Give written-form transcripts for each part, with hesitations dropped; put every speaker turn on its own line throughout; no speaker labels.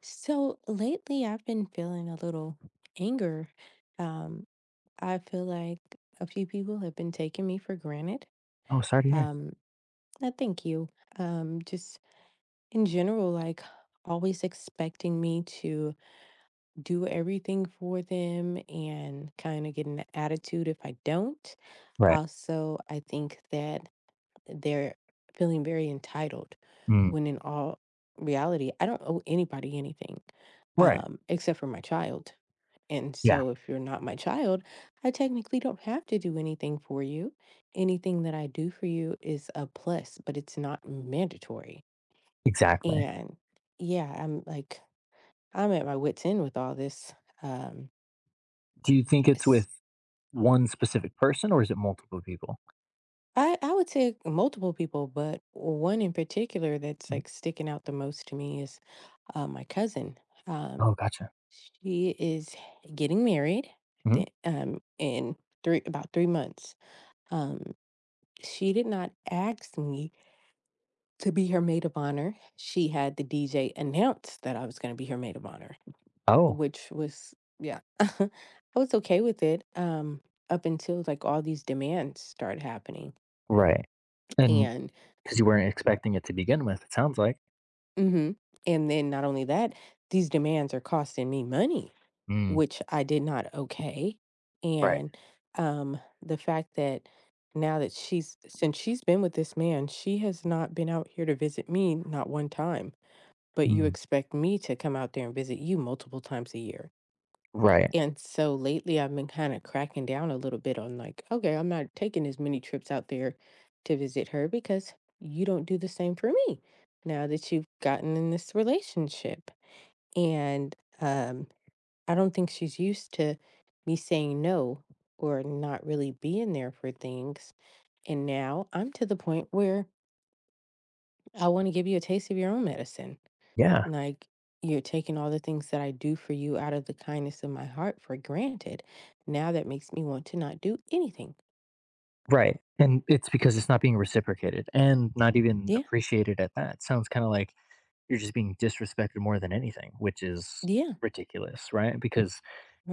So lately, I've been feeling a little anger. Um, I feel like a few people have been taking me for granted.
Oh, sorry to hear.
Um, no, thank you. Just in general, like always expecting me to do everything for them and kind of getting the attitude if I don't.
Right.
Also, I think that they're feeling very entitled
Mm.
when in all reality, I don't owe anybody anything,
Right.
except for my child. And
Yeah,
so if you're not my child, I technically don't have to do anything for you. Anything that I do for you is a plus, but it's not mandatory.
exactly.
And yeah, I'm like I'm at my wit's end with all this. Um
Do you think it's
s-
with one specific person or is it multiple people?
I would say multiple people, but one in particular that's
Mhm.
like sticking out the most to me is my cousin. Um,
Oh, gotcha.
she is getting married
Mhm.
in three about 3 months. Um, she did not ask me to be her maid of honor. She had the DJ announce that I was going to be her maid of honor,
Oh,
which was yeah, I was okay with it. Up until like all these demands start happening,
right. And
and
because you weren't expecting it to begin with, it sounds like.
hmm and then not only that, these demands are costing me money
Mm.
which I did not okay.
Right.
And the fact that since she's been with this man, she has not been out here to visit me, not one time, but you
Mm.
expect me to come out there and visit you multiple times a year.
Right.
And so lately I've been kind of cracking down a little bit on like, okay, I'm not taking as many trips out there to visit her because you don't do the same for me now that you've gotten in this relationship. And, um, I don't think she's used to me saying no or not really being there for things. And now I'm to the point where I want to give you a taste of your own medicine.
Yeah.
Like, you're taking all the things that I do for you out of the kindness of my heart for granted. Now that makes me want to not do anything.
Right. And it's because it's not being reciprocated and not even
Yeah.
appreciated at that. Sounds kind of like you're just being disrespected more than anything, which is
Yeah.
ridiculous, right? Because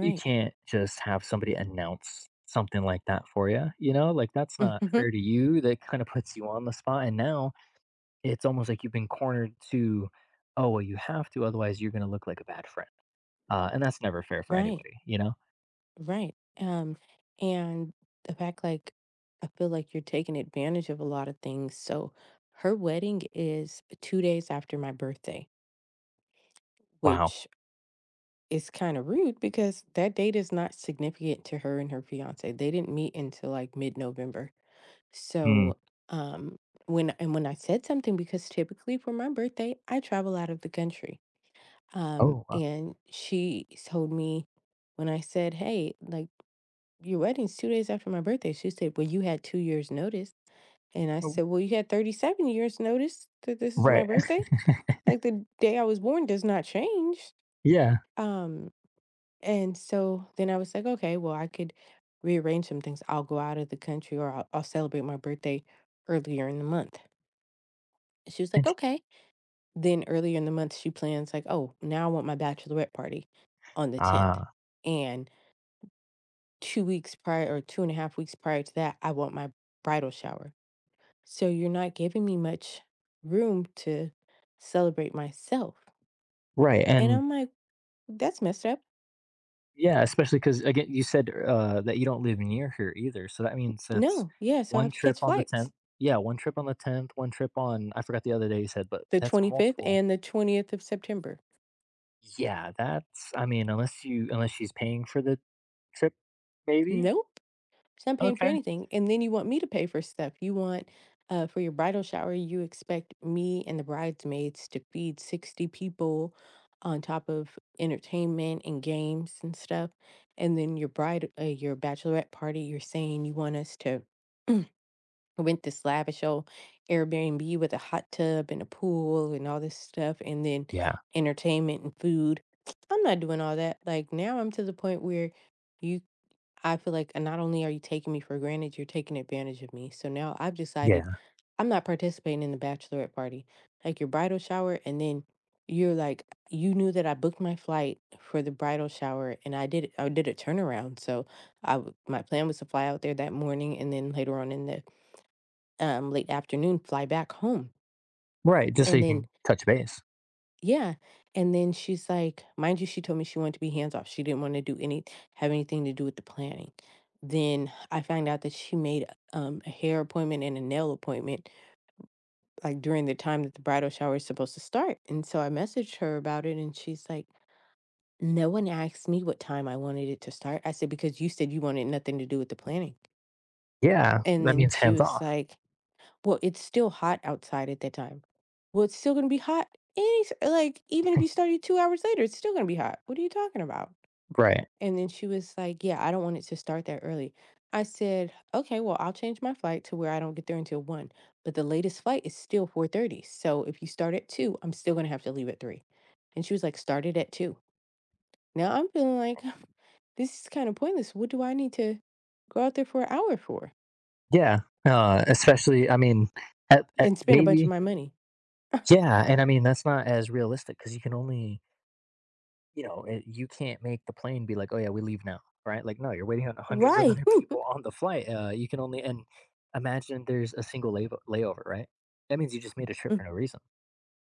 you can't just have somebody announce something like that for you, you know? Like that's not fair to you. That kind of puts you on the spot. And now it's almost like you've been cornered to, oh, well, you have to, otherwise you're going to look like a bad friend. And that's never fair for
Right.
anybody,
Right. Um, and the fact like I feel like you're taking advantage of a lot of things. So her wedding is 2 days after my birthday,
Wow.
which is kind of rude because that date is not significant to her and her fiance. They didn't meet until like mid-November.
Hmm.
So um when I said something because typically for my birthday, I travel out of the country.
Oh, wow.
And she told me when I said, "Hey, like your wedding's 2 days after my birthday." She said, "Well, you had 2 years' notice." And I
Oh,
said, "Well, you had 37 years' notice that this is my
right.
birthday. Like, the day I was born does not change."
Yeah.
Um, and so then I was like, "Okay, well, I could rearrange some things. I'll go out of the country or I'll celebrate my birthday earlier in the month." And she was like,
Int-
"Okay." Then earlier in the month, she plans like, "Oh, now I want my bachelorette party on the 10th."
Ah,
And 2 weeks prior, or 2.5 weeks prior to that, I want my bridal shower. So you're not giving me much room to celebrate myself.
right.
And
And
I'm like, that's messed up.
yeah, especially because again, you said, that you don't live near here either, so that means that's
No, yeah, so I
1
have to
trip
catch
on the
flights
10th, yeah, 1 trip on the 10th, 1 trip on I forgot the other day you said, but
the
that's
25th
multiple.
and the 20th of September.
Yeah, that's, I mean, unless you, unless she's paying for the trip, maybe?
Nope, so I'm paying for
Okay.
anything. And then you want me to pay for stuff. You want for your bridal shower, you expect me and the bridesmaids to feed 60 people on top of entertainment and games and stuff. And then your your bachelorette party, you're saying you want us to. I went this lavish old Airbnb with a hot tub and a pool and all this stuff, and then
Yeah,
entertainment and food. I'm not doing all that. Like now, I'm to the point where you, I feel like not only are you taking me for granted, you're taking advantage of me. So now I've decided
yeah.
I'm not participating in the bachelorette party, like your bridal shower, and then you're like, you knew that I booked my flight for the bridal shower, and I did a turnaround. So my plan was to fly out there that morning, and then later on in the late afternoon, fly back home.
Right, just so
And
you
then,
can touch base.
yeah. And then she's like, mind you, she told me she wanted to be hands off. She didn't want to have anything to do with the planning. Then I find out that she made a hair appointment and a nail appointment like during the time that the bridal shower is supposed to start. And so I messaged her about it and she's like, no one asked me what time I wanted it to start. I said, because you said you wanted nothing to do with the planning.
Yeah,
And
that
then
means
she
hands
was
off.
like, "Well, it's still hot outside at that time." Well, it's still gonna be hot any s like, even if you started 2 hours later, it's still gonna be hot. What are you talking about?
Right.
And then she was like, "Yeah, I don't want it to start that early." I said, "Okay, well, I'll change my flight to where I don't get there until 1, but the latest flight is still 4:30, so if you start at 2, I'm still gonna have to leave at 3." And she was like, "Started at 2." Now I'm feeling like, this is kinda pointless. What do I need to go out there for an hour for
Yeah, especially I mean, at
and spend a bunch of
maybe
my money?
yeah, and I mean, that's not as realistic because you can only, you know, it, you can't make the plane be like, "Oh yeah, we leave now," right? Like, no, you're waiting on hundreds of
Right.
other people on the flight. You can only, and imagine there's a single layover, right? That means you just made a trip for no reason.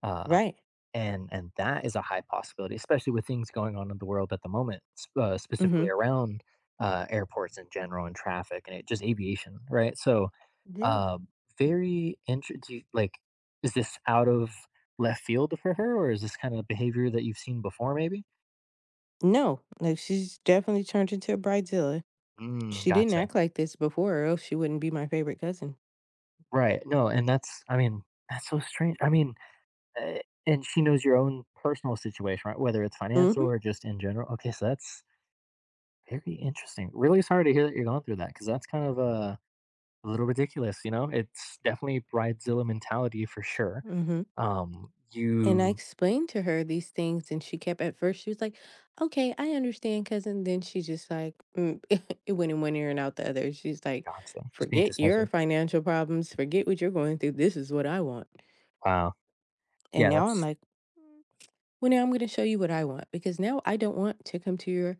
Uh,
Right.
and that is a high possibility, especially with things going on in the world at the moment, specifically
Mhm.
around airports in general and traffic and it, just aviation, right? So,
Yeah.
uh, very interesting. Like, is this out of left field for her, or is this kind of behavior that you've seen before? Maybe.
No, like she's definitely turned into a bridezilla.
Mm,
She didn't
gotcha.
act like this before, or else she wouldn't be my favorite cousin.
Right. No, and that's, I mean, that's so strange. I mean, uh, and she knows your own personal situation, right? Whether it's financial
Mhm,
or just in general. Okay, so that's very interesting. Really sorry to hear that you're going through that because that's kind of a little ridiculous, It's definitely bridezilla mentality for sure.
mhm. And I
You
explained to her these things, and she kept at first she was like, "Okay, I understand, cousin." Then she just like it went in one ear and out the other. She's like,
gotcha. Just being
"Forget your
dismissive.
financial problems. Forget what you're going through. This is what I want."
Wow.
And
Yeah,
now I'm
that's
like, "Mm, "Well, now I'm going to show you what I want because now I don't want to come to your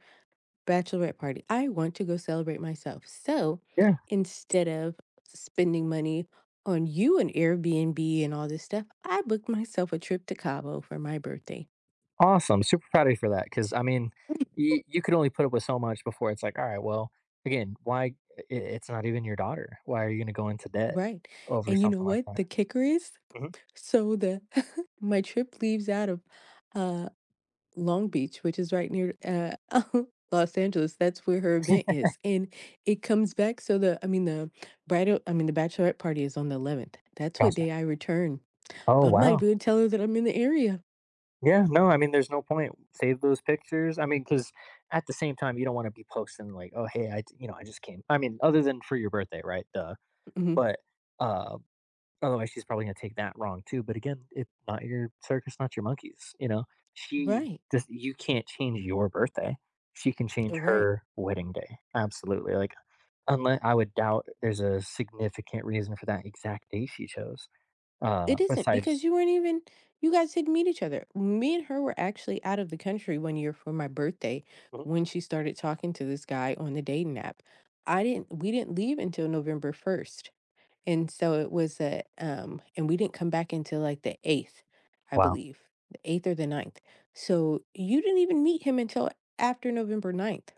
bachelorette party. I want to go celebrate myself. So
yeah.
instead of spending money on you and Airbnb and all this stuff, I booked myself a trip to Cabo for my birthday."
Awesome, super proud of you for that. Because I mean, you could only put up with so much before it's like, "All right, well, again, why I it's not even your daughter. Why are you gonna go into debt
Right.
over
And you know
something like
what the
that?"
kicker is?
Mhm.
So the my trip leaves out of uh Long Beach, which is right near Los Angeles. That's where her event is. And it comes back, so the I mean the bridal I mean the bachelorette party is on the 11th. That's what
Gotcha.
day I return.
Oh,
I'm not
wow.
even gonna tell her that I'm in the area.
Yeah, no, I mean, there's no point. Save those pictures. I mean, because at the same time, you don't wanna be posting like, "Oh, hey, I" d- "I just came" I mean, other than for your birthday, right, duh,
Mhm.
but, uh otherwise, she's probably gonna take that wrong too. But again, it's not your circus, not your monkeys. She
Right,
just you can't change your birthday. She can change
right.
her wedding day. Absolutely. Like unless I would doubt there's a significant reason for that exact day she chose.
It isn't because
Besides,
you weren't even you guys didn't meet each other. Me and her were actually out of the country one year for my birthday
mhm.
when she started talking to this guy on the dating app. I didn't We didn't leave until November 1st. And so it was a and we didn't come back until like the 8th, I
Wow,
believe. The 8th or the ninth. So you didn't even meet him until after November 9th.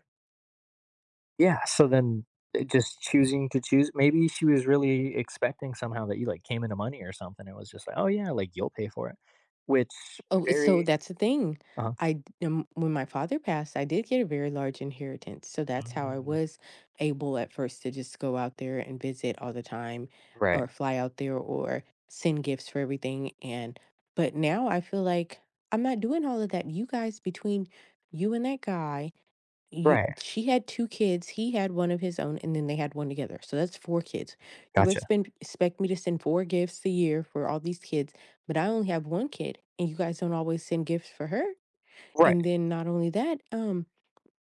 yeah. So then, just choosing to choose. Maybe she was really expecting somehow that you like came into money or something. It was just like, oh yeah, like you'll pay for it, which
Oh, so
very
that's the thing.
uh,
When my father passed, I did get a very large inheritance. So that's how I
mm,
was able at first to just go out there and visit all the time,
right,
or fly out there, or send gifts for everything, and but now I feel like I'm not doing all of that. You guys, between you and that guy, you
right.
she had 2 kids, he had 1 of his own, and then they had 1 together, so that's 4 kids. You
Gotcha.
expect me to send 4 gifts a year for all these kids, but I only have 1 kid, and you guys don't always send gifts for her? And
Right.
then not only that,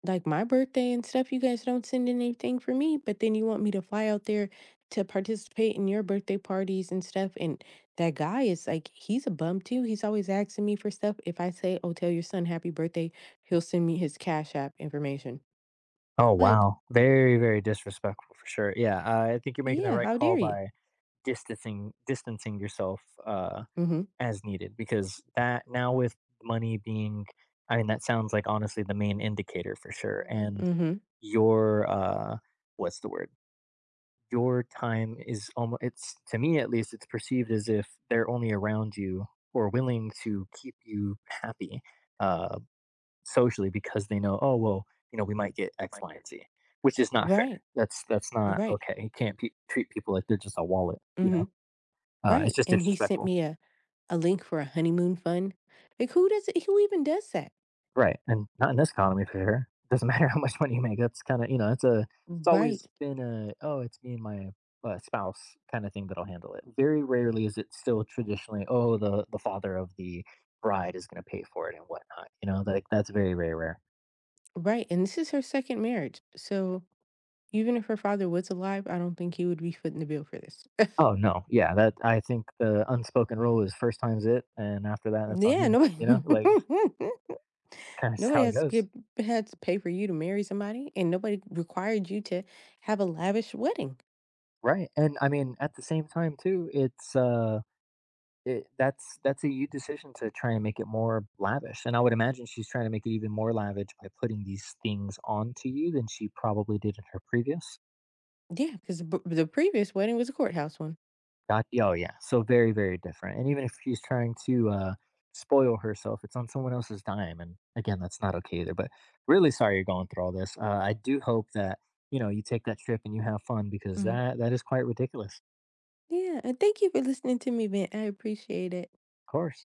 like, my birthday and stuff, you guys don't send anything for me, but then you want me to fly out there to participate in your birthday parties and stuff, and that guy is, like, he's a bum too, he's always asking me for stuff. If I say, "Oh, tell your son happy birthday," he'll send me his Cash App information.
Oh,
Like,
wow. Very, very disrespectful for sure. Yeah, I think you're making the
yeah,
right
how
call
dare you?
by distancing yourself
Mhm,
as needed because that now with money being, I mean, that sounds like honestly the main indicator for sure. And
mhm.
your what's the word? Your time is almost it's to me at least it's perceived as if they're only around you or willing to keep you happy. Uh, Socially because they know, "Oh, well, we might get X,
Like
Y,
it.
and Z," which is not fair.
Right,
That's not
right,
okay. You can't pe treat people like they're just a wallet,
mm mhm,
It's
right,
just
and he sent
disrespectful.
me a link for a honeymoon fund. Like, who even does that?
Right, and not in this economy for sure. Doesn't matter how much money you make. That's kinda, it's a it's
Right,
always been a, "Oh, it's me and my, spouse," kinda thing that'll handle it. Very rarely is it still traditionally, "Oh, the father of the bride is gonna pay for it," and whatnot, Like, that's very, very rare.
right, and this is her 2nd marriage, so even if her father was alive, I don't think he would be footing the bill for this.
Oh, no. Yeah, that I think the unspoken rule is first time's it, and after that, that's on
Yeah,
you,
nobody
you know? Like, kinda
nobody
how it
has to
goes.
give had to pay for you to marry somebody, and nobody required you to have a lavish wedding.
Right, and, I mean, at the same time, too, it's, it that's a you decision to try and make it more lavish, and I would imagine she's trying to make it even more lavish by putting these things onto you than she probably did in her previous.
Yeah, because the previous wedding was a courthouse one.
Got oh, yeah. So very, very different. And even if she's trying to spoil herself, it's on someone else's dime. And again, that's not okay either. But really sorry you're going through all this. I do hope that, you take that trip and you have fun because
Mhm.
that is quite ridiculous.
Yeah, and thank you for listening to me, Ben. I appreciate it.
Of course.